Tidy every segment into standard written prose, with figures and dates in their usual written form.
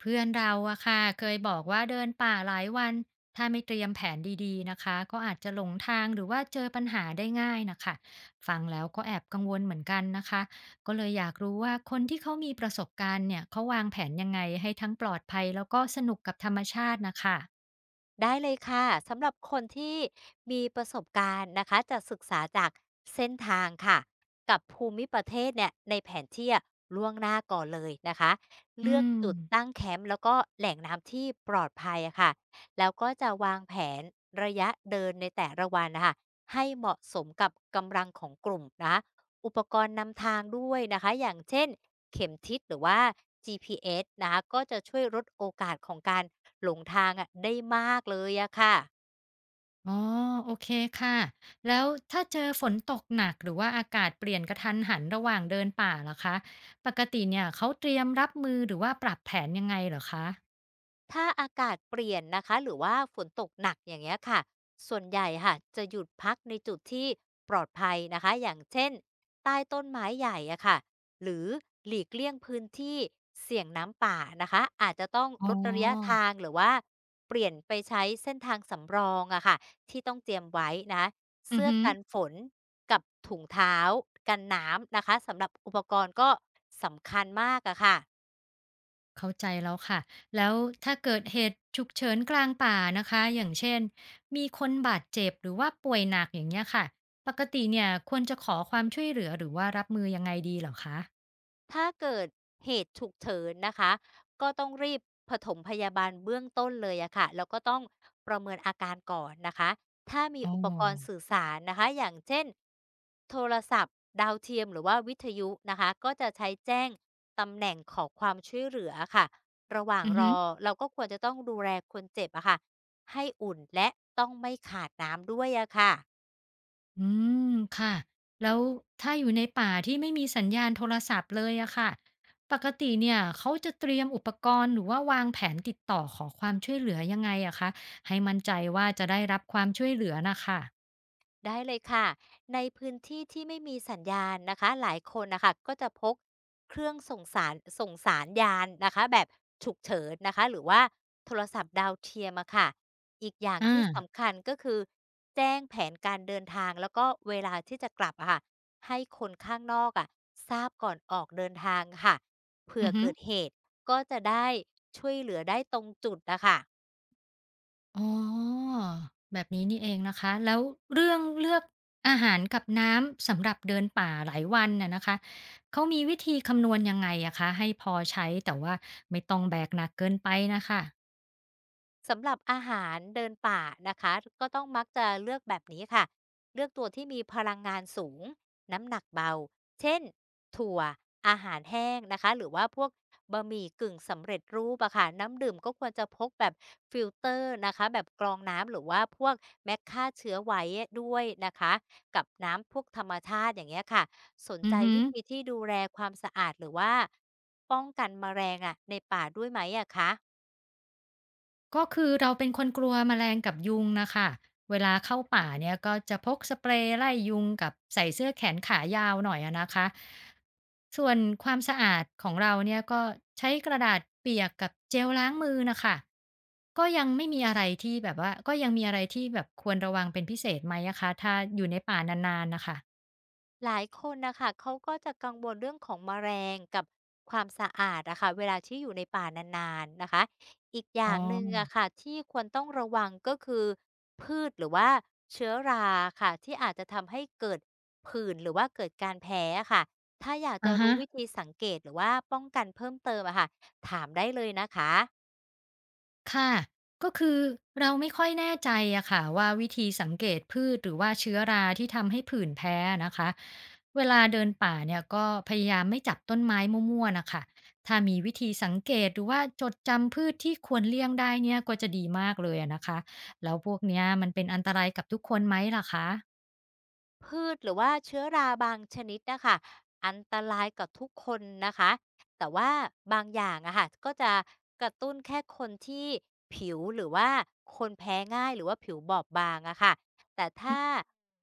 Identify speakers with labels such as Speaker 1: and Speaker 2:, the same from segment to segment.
Speaker 1: เพื่อนเราอะค่ะเคยบอกว่าเดินป่าหลายวันถ้าไม่เตรียมแผนดีๆนะคะก็อาจจะหลงทางหรือว่าเจอปัญหาได้ง่ายนะคะฟังแล้วก็แอบกังวลเหมือนกันนะคะก็เลยอยากรู้ว่าคนที่เขามีประสบการณ์เนี่ยเขาวางแผนยังไงให้ทั้งปลอดภัยแล้วก็สนุกกับธรรมชาตินะคะ
Speaker 2: ได้เลยค่ะสำหรับคนที่มีประสบการณ์นะคะจะศึกษาจากเส้นทางค่ะกับภูมิประเทศเนี่ยในแผนที่อะล่วงหน้าก่อนเลยนะคะ
Speaker 1: อื
Speaker 2: เลือก
Speaker 1: ม
Speaker 2: จุดตั้งแคมป์แล้วก็แหล่งน้ำที่ปลอดภัยอะค่ะแล้วก็จะวางแผนระยะเดินในแต่ละวันนะคะให้เหมาะสมกับกำลังของกลุ่มนะอุปกรณ์นำทางด้วยนะคะอย่างเช่นเข็มทิศหรือว่า GPS นะคะก็จะช่วยลดโอกาสของการ หลงทางอะได้มากเลยอะค่ะ
Speaker 1: อ๋อโอเคค่ะแล้วถ้าเจอฝนตกหนักหรือว่าอากาศเปลี่ยนกระทันหันระหว่างเดินป่าล่ะคะปกติเนี่ยเขาเตรียมรับมือหรือว่าปรับแผนยังไงเหรอคะ
Speaker 2: ถ้าอากาศเปลี่ยนนะคะหรือว่าฝนตกหนักอย่างเงี้ยค่ะส่วนใหญ่ค่ะจะหยุดพักในจุดที่ปลอดภัยนะคะอย่างเช่นใต้ต้นไม้ใหญ่อะค่ะหรือหลีกเลี่ยงพื้นที่เสี่ยงน้ำป่านะคะอาจจะต้อง
Speaker 1: อ๋
Speaker 2: ลดระยะ
Speaker 1: อ
Speaker 2: ทางหรือว่าเปลี่ยนไปใช้เส้นทางสำรองอะค่ะที่ต้องเตรียมไว้นะ
Speaker 1: อือ
Speaker 2: เสื้อ
Speaker 1: ฮึ
Speaker 2: กันฝนกับถุงเท้ากันน้ำนะคะสำหรับอุปกรณ์ก็สำคัญมากอะค่ะ
Speaker 1: เข้าใจแล้วค่ะแล้วถ้าเกิดเหตุฉุกเฉินกลางป่านะคะอย่างเช่นมีคนบาดเจ็บหรือว่าป่วยหนักอย่างเงี้ยค่ะปกติเนี่ยควรจะขอความช่วยเหลือหรือว่ารับมือยังไงดีเหรอคะ
Speaker 2: ถ้าเกิดเหตุฉุกเฉินนะคะก็ต้องรีบปถมพยาบาลเบื้องต้นเลยอะค่ะแล้วก็ต้องประเมินอาการก่อนนะคะถ้ามี
Speaker 1: อ๋อ
Speaker 2: อุปกรณ์สื่อสารนะคะอย่างเช่นโทรศัพท์ดาวเทียมหรือว่าวิทยุนะคะก็จะใช้แจ้งตำแหน่งขอความช่วยเหลือค่ะระหว่าง
Speaker 1: อือ
Speaker 2: ร
Speaker 1: ฮึ
Speaker 2: อเราก็ควรจะต้องดูแลคนเจ็บอะค่ะให้อุ่นและต้องไม่ขาดน้ำด้วยอะค่ะ
Speaker 1: อืมค่ะแล้วถ้าอยู่ในป่าที่ไม่มีสัญญาณโทรศัพท์เลยอะค่ะปกติเนี่ยเขาจะเตรียมอุปกรณ์หรือว่าวางแผนติดต่อขอความช่วยเหลือยังไงอะคะให้มั่นใจว่าจะได้รับความช่วยเหลือน่ะค่ะ
Speaker 2: ได้เลยค่ะในพื้นที่ที่ไม่มีสัญญาณนะคะ หลายคนนะคะก็จะพกเครื่องส่งสารส่งสารยานนะคะแบบฉุกเฉินนะคะหรือว่าโทรศัพท์ดาวเทียมอะค่ะอีกอย่างที่
Speaker 1: อา
Speaker 2: สำคัญก็คือแจ้งแผนการเดินทางแล้วก็เวลาที่จะกลับอะค่ะให้คนข้างนอกอะทราบก่อนออกเดินทางค่ะเผื่
Speaker 1: อื
Speaker 2: อ
Speaker 1: อฮึ
Speaker 2: เกิดเหตุก็จะได้ช่วยเหลือได้ตรงจุดนะคะ
Speaker 1: อ๋อแบบนี้นี่เองนะคะ แล้วเรื่องเลือกอาหารกับน้ำสำหรับเดินป่าหลายวันน่ะนะคะ เขามีวิธีคำนวณยังไงอะคะให้พอใช้แต่ว่าไม่ต้องแบกหนักเกินไปนะคะ
Speaker 2: สำหรับอาหารเดินป่านะคะก็ต้องมักจะเลือกแบบนี้ค่ะเลือกตัวที่มีพลังงานสูงน้ำหนักเบาเช่นถั่วอาหารแห้งนะคะหรือว่าพวกบะหมี่กึ่งสำเร็จรูปอะค่ะน้ำดื่มก็ควรจะพกแบบฟิลเตอร์นะคะแบบกรองน้ำหรือว่าพวกแมคฆ่าเชื้อไว้ด้วยนะคะกับน้ำพวกธรรมชาติอย่างเงี้ยค่ะสน
Speaker 1: อื
Speaker 2: ใจ
Speaker 1: อฮึ
Speaker 2: วิธีที่ดูแลความสะอาดหรือว่าป้องกันแมลงอะในป่าด้วยไหมอะคะ
Speaker 1: ก็คือเราเป็นคนกลัวแมลงกับยุงนะคะเวลาเข้าป่าเนี่ยก็จะพกสเปรย์ไล่ยุงกับใส่เสื้อแขนขายาวหน่อยอะนะคะส่วนความสะอาดของเราเนี่ยก็ใช้กระดาษเปียกกับเจลล้างมือนะคะก็ยังไม่มีอะไรที่แบบว่าก็ยังมีอะไรที่แบบควรระวังเป็นพิเศษไหมอะคะถ้าอยู่ในป่านานๆนะคะ
Speaker 2: หลายคนนะคะเขาก็จะกังวลเรื่องของแมลงกับความสะอาดนะคะเวลาที่อยู่ในป่านานๆนะคะอีกอ
Speaker 1: อ๋
Speaker 2: ย่างหนึ่ง
Speaker 1: อ
Speaker 2: อะค่ะที่ควรต้องระวังก็คือพืชหรือว่าเชื้อราค่ะที่อาจจะทำให้เกิดผื่นหรือว่าเกิดการแพ้ค่ะถ้าอยากจะ
Speaker 1: อะฮะ
Speaker 2: รู้วิธีสังเกตหรือว่าป้องกันเพิ่มเติมอะค่ะถามได้เลยนะคะ
Speaker 1: ค่ะก็คือเราไม่ค่อยแน่ใจอะค่ะว่าวิธีสังเกตพืชหรือว่าเชื้อราที่ทำให้ผื่นแพ้นะคะเวลาเดินป่าเนี่ยก็พยายามไม่จับต้นไม้มั่วๆนะค่ะถ้ามีวิธีสังเกตหรือว่าจดจำพืชที่ควรเลี่ยงได้เนี่ยก็จะดีมากเลยอะนะคะแล้วพวกเนี้ยมันเป็นอันตรายกับทุกคนไหมล่ะคะ
Speaker 2: พืชหรือว่าเชื้อราบางชนิดนะคะอันตรายกับทุกคนนะคะแต่ว่าบางอย่างอะค่ะก็จะกระตุ้นแค่คนที่ผิวหรือว่าคนแพ้ง่ายหรือว่าผิวบอบบางอะค่ะแต่ถ้า
Speaker 1: อ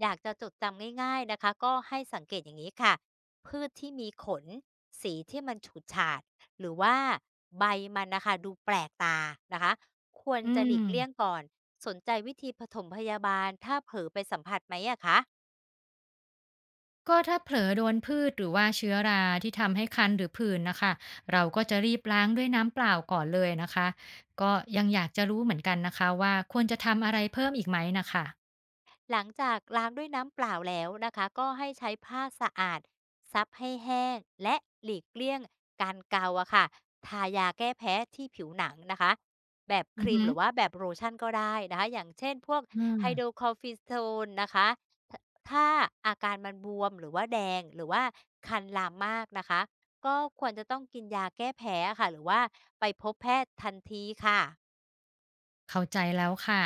Speaker 2: อยากจะจดจำง่ายๆนะคะก็ให้สังเกตอย่างนี้ค่ะพืชที่มีขนสีที่มันฉูดฉาดหรือว่าใบมันนะคะดูแปลกตานะคะควร
Speaker 1: อื
Speaker 2: จะห
Speaker 1: ม
Speaker 2: ลีกเลี่ยงก่อนสนใจวิธีผสมพยาบาลถ้าเผลอไปสัมผัสไหมอะคะ
Speaker 1: ก็ถ้าเผลอโดนพืชหรือว่าเชื้อราที่ทำให้คันหรือผื่นนะคะเราก็จะรีบล้างด้วยน้ำเปล่าก่อนเลยนะคะก็ยังอยากจะรู้เหมือนกันนะคะว่าควรจะทำอะไรเพิ่มอีกไหมนะคะ
Speaker 2: หลังจากล้างด้วยน้ำเปล่าแล้วนะคะก็ให้ใช้ผ้าสะอาดซับให้แห้งและหลีกเลี่ยงการเกาอะค่ะทายาแก้แพ้ที่ผิวหนังนะคะแบบค
Speaker 1: อือ
Speaker 2: รีม
Speaker 1: ฮึ
Speaker 2: หรือว่าแบบโลชั่นก็ได้นะคะอย่างเช่นพวก
Speaker 1: อื
Speaker 2: ไฮโดร
Speaker 1: ม
Speaker 2: คอร์ฟิสโทนนะคะถ้าอาการมันบวมหรือว่าแดงหรือว่าคันลามมากนะคะก็ควรจะต้องกินยาแก้แพ้ค่ะหรือว่าไปพบแพทย์ทันทีค่ะ
Speaker 1: เข้าใจแล้วค่ะ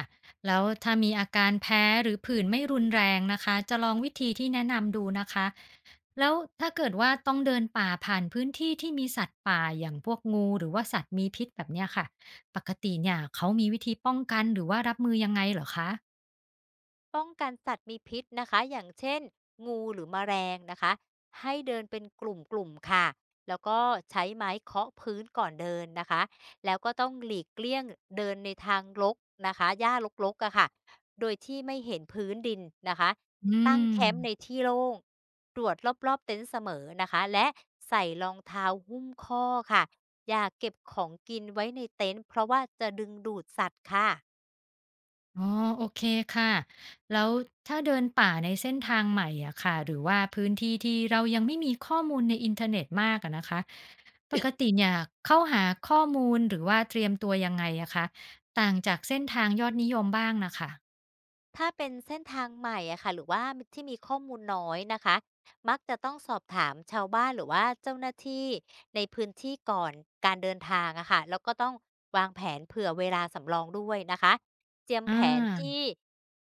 Speaker 1: แล้วถ้ามีอาการแพ้หรือผื่นไม่รุนแรงนะคะจะลองวิธีที่แนะนำดูนะคะ แล้วถ้าเกิดว่าต้องเดินป่าผ่านพื้นที่ที่มีสัตว์ป่าอย่างพวกงูหรือว่าสัตว์มีพิษแบบเนี้ยค่ะ ปกติเนี่ยเขามีวิธีป้องกันหรือว่ารับมือยังไงเหรอคะ
Speaker 2: ป้องกันสัตว์มีพิษนะคะอย่างเช่นงูหรือแมลงนะคะให้เดินเป็นกลุ่มๆค่ะ แล้วก็ใช้ไม้เคาะพื้นก่อนเดินนะคะแล้วก็ต้องหลีกเลี่ยงเดินในทางรกนะคะหญ้ารกๆอะค่ะโดยที่ไม่เห็นพื้นดินนะคะ
Speaker 1: อื
Speaker 2: ตั้งแค
Speaker 1: ม
Speaker 2: มป์ในที่โล่งตรวจรอบๆเต็นท์เสมอนะคะและใส่รองเท้าหุ้มข้อค่ะอย่าเก็บของกินไว้ในเต็นท์เพราะว่าจะดึงดูดสัตว์ค่ะ
Speaker 1: อ๋อโอเคค่ะแล้วถ้าเดินป่าในเส้นทางใหม่อะค่ะหรือว่าพื้นที่ที่เรายังไม่มีข้อมูลในอินเทอร์เน็ตมากอะนะคะปกติเนี่ยเข้าหาข้อมูลหรือว่าเตรียมตัวยังไงอะคะต่างจากเส้นทางยอดนิยมบ้างนะคะ
Speaker 2: ถ้าเป็นเส้นทางใหม่อะค่ะหรือว่าที่มีข้อมูลน้อยนะคะมักจะต้องสอบถามชาวบ้านหรือว่าเจ้าหน้าที่ในพื้นที่ก่อนการเดินทางอะค่ะแล้วก็ต้องวางแผนเผื่อเวลาสำรองด้วยนะคะเตรียม
Speaker 1: อ
Speaker 2: แผนที่
Speaker 1: า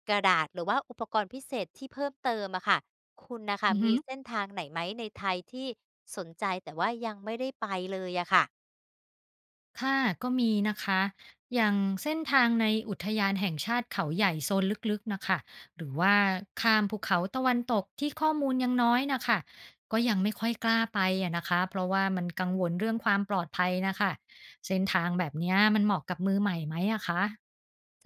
Speaker 2: กระดาษหรือว่าอุปกรณ์พิเศษที่เพิ่มเติมอะค่ะคุณนะคะ
Speaker 1: อือฮึ
Speaker 2: มีเส้นทางไหนไหมในไทยที่สนใจแต่ว่ายังไม่ได้ไปเลยอะค่ะ
Speaker 1: ค่ะก็มีนะคะอย่างเส้นทางในอุทยานแห่งชาติเขาใหญ่โซนลึกๆนะคะหรือว่าข้ามภูเขาตะวันตกที่ข้อมูลยังน้อยนะคะก็ยังไม่ค่อยกล้าไปอะนะคะเพราะว่ามันกังวลเรื่องความปลอดภัยนะคะเส้นทางแบบเนี้ยมันเหมาะกับมือใหม่ไหมอะคะ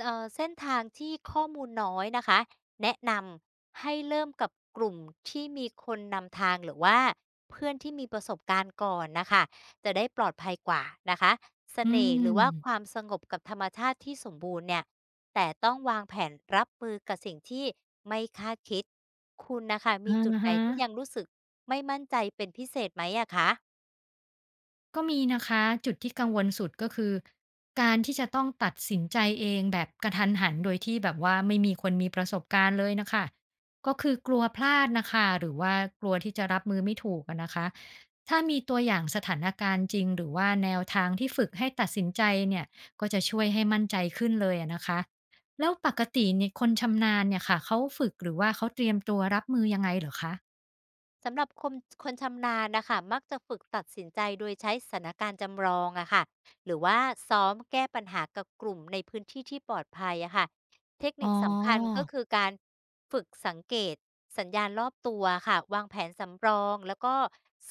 Speaker 2: เส้นทางที่ข้อมูลน้อยนะคะแนะนำให้เริ่มกับกลุ่มที่มีคนนำทางหรือว่าเพื่อนที่มีประสบการณ์ก่อนนะคะจะได้ปลอดภัยกว่านะคะเส
Speaker 1: อื
Speaker 2: น่ห์หรือว่าค
Speaker 1: ม
Speaker 2: วามสงบกับธรรมชาติที่สมบูรณ์เนี่ยแต่ต้องวางแผนรับมือกับสิ่งที่ไม่คาดคิดคุณนะคะ
Speaker 1: อ่า
Speaker 2: มีจุดไหน
Speaker 1: ฮะ
Speaker 2: ที่ยังรู้สึกไม่มั่นใจเป็นพิเศษไหมอะคะ
Speaker 1: ก็มีนะคะจุดที่กังวลสุดก็คือการที่จะต้องตัดสินใจเองแบบกระทันหันโดยที่แบบว่าไม่มีคนมีประสบการณ์เลยน่ะค่ะก็คือกลัวพลาดน่ะค่ะหรือว่ากลัวที่จะรับมือไม่ถูกอะนะคะถ้ามีตัวอย่างสถานการณ์จริงหรือว่าแนวทางที่ฝึกให้ตัดสินใจเนี่ยก็จะช่วยให้มั่นใจขึ้นเลยอะนะคะแล้วปกติเนี่ยคนชำนาญเนี่ยค่ะเขาฝึกหรือว่าเขาเตรียมตัวรับมือยังไงเหรอคะ
Speaker 2: สำหรับคนชำนาญนะคะมักจะฝึกตัดสินใจโดยใช้สถานการณ์จำลองอะค่ะหรือว่าซ้อมแก้ปัญหากับกลุ่มในพื้นที่ที่ปลอดภัยอะค่ะเทค
Speaker 1: อ๋
Speaker 2: นิค
Speaker 1: อ
Speaker 2: สำคัญก็คือการฝึกสังเกตสัญญาณรอบตัวค่ะวางแผนสำรองแล้วก็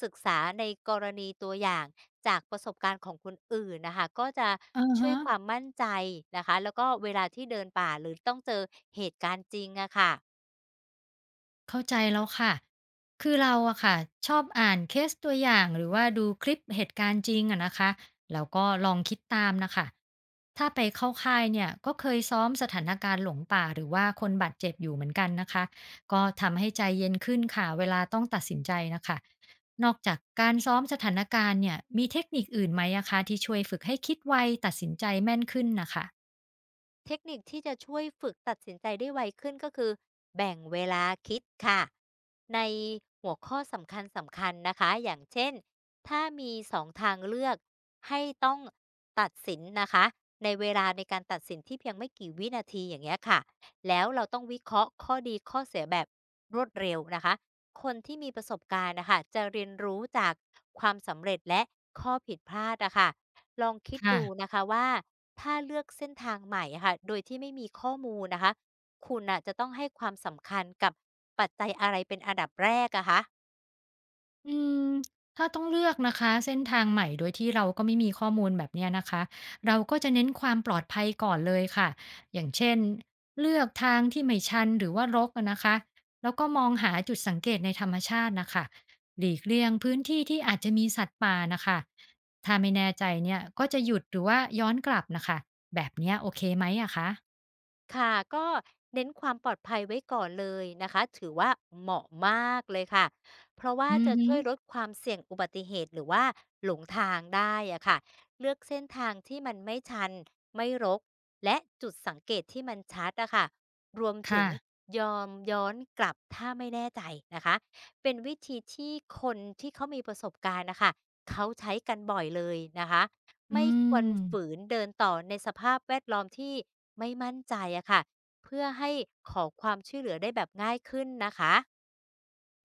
Speaker 2: ศึกษาในกรณีตัวอย่างจากประสบการณ์ของคนอื่นนะคะก็จะ
Speaker 1: อะ
Speaker 2: ช่วย
Speaker 1: ฮะ
Speaker 2: ความมั่นใจนะคะแล้วก็เวลาที่เดินป่าหรือต้องเจอเหตุการณ์จริงอะค่ะ
Speaker 1: เข้าใจแล้วค่ะ คือเราอะค่ะชอบอ่านเคสตัวอย่างหรือว่าดูคลิปเหตุการณ์จริงอะนะคะแล้วก็ลองคิดตามนะคะ ถ้าไปเข้าค่ายเนี่ยก็เคยซ้อมสถานการณ์หลงป่าหรือว่าคนบาดเจ็บอยู่เหมือนกันนะคะ ก็ทำให้ใจเย็นขึ้นค่ะเวลาต้องตัดสินใจนะคะ นอกจากการซ้อมสถานการณ์เนี่ยมีเทคนิคอื่นไหมอะคะที่ช่วยฝึกให้คิดไวตัดสินใจแม่นขึ้นนะคะ
Speaker 2: เทคนิคที่จะช่วยฝึกตัดสินใจได้ไวขึ้นก็คือแบ่งเวลาคิดค่ะในหัวข้อสำคัญสำคัญนะคะอย่างเช่นถ้ามีสองทางเลือกให้ต้องตัดสินนะคะในเวลาในการตัดสินที่เพียงไม่กี่วินาทีอย่างเงี้ยค่ะแล้วเราต้องวิเคราะห์ข้อดีข้อเสียแบบรวดเร็วนะคะคนที่มีประสบการณ์นะคะจะเรียนรู้จากความสำเร็จและข้อผิดพลาดนะคะ ลองคิดดู
Speaker 1: ค่ะ
Speaker 2: นะคะว่าถ้าเลือกเส้นทางใหม่อะค่ะโดยที่ไม่มีข้อมูลนะคะคุณน่ะจะต้องให้ความสำคัญกับปัจจัยอะไรเป็นอันดับแรกอะคะ
Speaker 1: อืมถ้าต้องเลือกนะคะเส้นทางใหม่โดยที่เราก็ไม่มีข้อมูลแบบเนี้ยนะคะเราก็จะเน้นความปลอดภัยก่อนเลยค่ะอย่างเช่นเลือกทางที่ไม่ชันหรือว่ารกอะนะคะแล้วก็มองหาจุดสังเกตในธรรมชาตินะคะหลีกเลี่ยงพื้นที่ที่อาจจะมีสัตว์ป่านะคะถ้าไม่แน่ใจเนี่ยก็จะหยุดหรือว่าย้อนกลับนะคะแบบเนี้ยโอเคไหมอะคะ
Speaker 2: ค่ะก็เน้นความปลอดภัยไว้ก่อนเลยนะคะถือว่าเหมาะมากเลยค่ะเพราะว่า
Speaker 1: อือ
Speaker 2: จะ
Speaker 1: ฮึ
Speaker 2: ช่วยลดความเสี่ยงอุบัติเหตุหรือว่าหลงทางได้อะค่ะเลือกเส้นทางที่มันไม่ชันไม่รกและจุดสังเกตที่มันชัดอะค่ะรวมถึ
Speaker 1: ค่ะ
Speaker 2: งยอมย้อนกลับถ้าไม่แน่ใจนะคะเป็นวิธีที่คนที่เขามีประสบการณ์นะคะเขาใช้กันบ่อยเลยนะคะ
Speaker 1: อื
Speaker 2: ไม่ควร
Speaker 1: ม
Speaker 2: ฝืนเดินต่อในสภาพแวดล้อมที่ไม่มั่นใจอะค่ะเพื่อให้ขอความช่วยเหลือได้แบบง่ายขึ้นนะคะ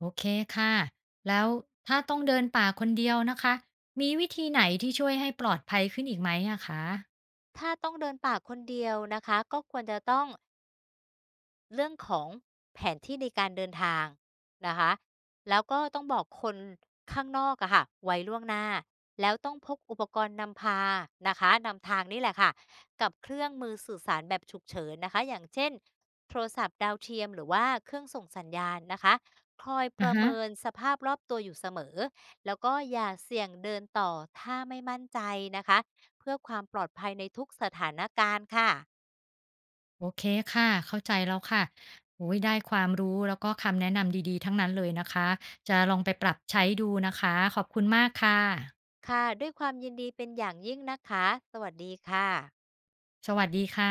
Speaker 1: โอเคค่ะ แล้วถ้าต้องเดินป่าคนเดียวนะคะ มีวิธีไหนที่ช่วยให้ปลอดภัยขึ้นอีกไหมอะคะ
Speaker 2: ถ้าต้องเดินป่าคนเดียวนะคะก็ควรจะต้อง เรื่องของแผนที่ในการเดินทางนะคะแล้วก็ต้องบอกคนข้างนอกอะค่ะไว้ล่วงหน้าแล้วต้องพกอุปกรณ์นำพานะคะนำทางนี่แหละค่ะ กับเครื่องมือสื่อสารแบบฉุกเฉินนะคะอย่างเช่นโทรศัพท์ดาวเทียมหรือว่าเครื่องส่งสัญญาณนะคะคอยป
Speaker 1: อ่ะ
Speaker 2: ระ
Speaker 1: ฮะ
Speaker 2: เมินสภาพรอบตัวอยู่เสมอ แล้วก็อย่าเสี่ยงเดินต่อถ้าไม่มั่นใจนะคะเพื่อความปลอดภัยในทุกสถานการณ์ค่ะ
Speaker 1: โอเคค่ะ เข้าใจแล้วค่ะ โอ้ยได้ความรู้แล้วก็คำแนะนำดีๆ ทั้งนั้นเลยนะคะ จะลองไปปรับใช้ดูนะคะ ขอบคุณมากค่ะ
Speaker 2: ค่ะด้วยความยินดีเป็นอย่างยิ่งนะคะสวัสดีค่ะ
Speaker 1: สวัสดีค่ะ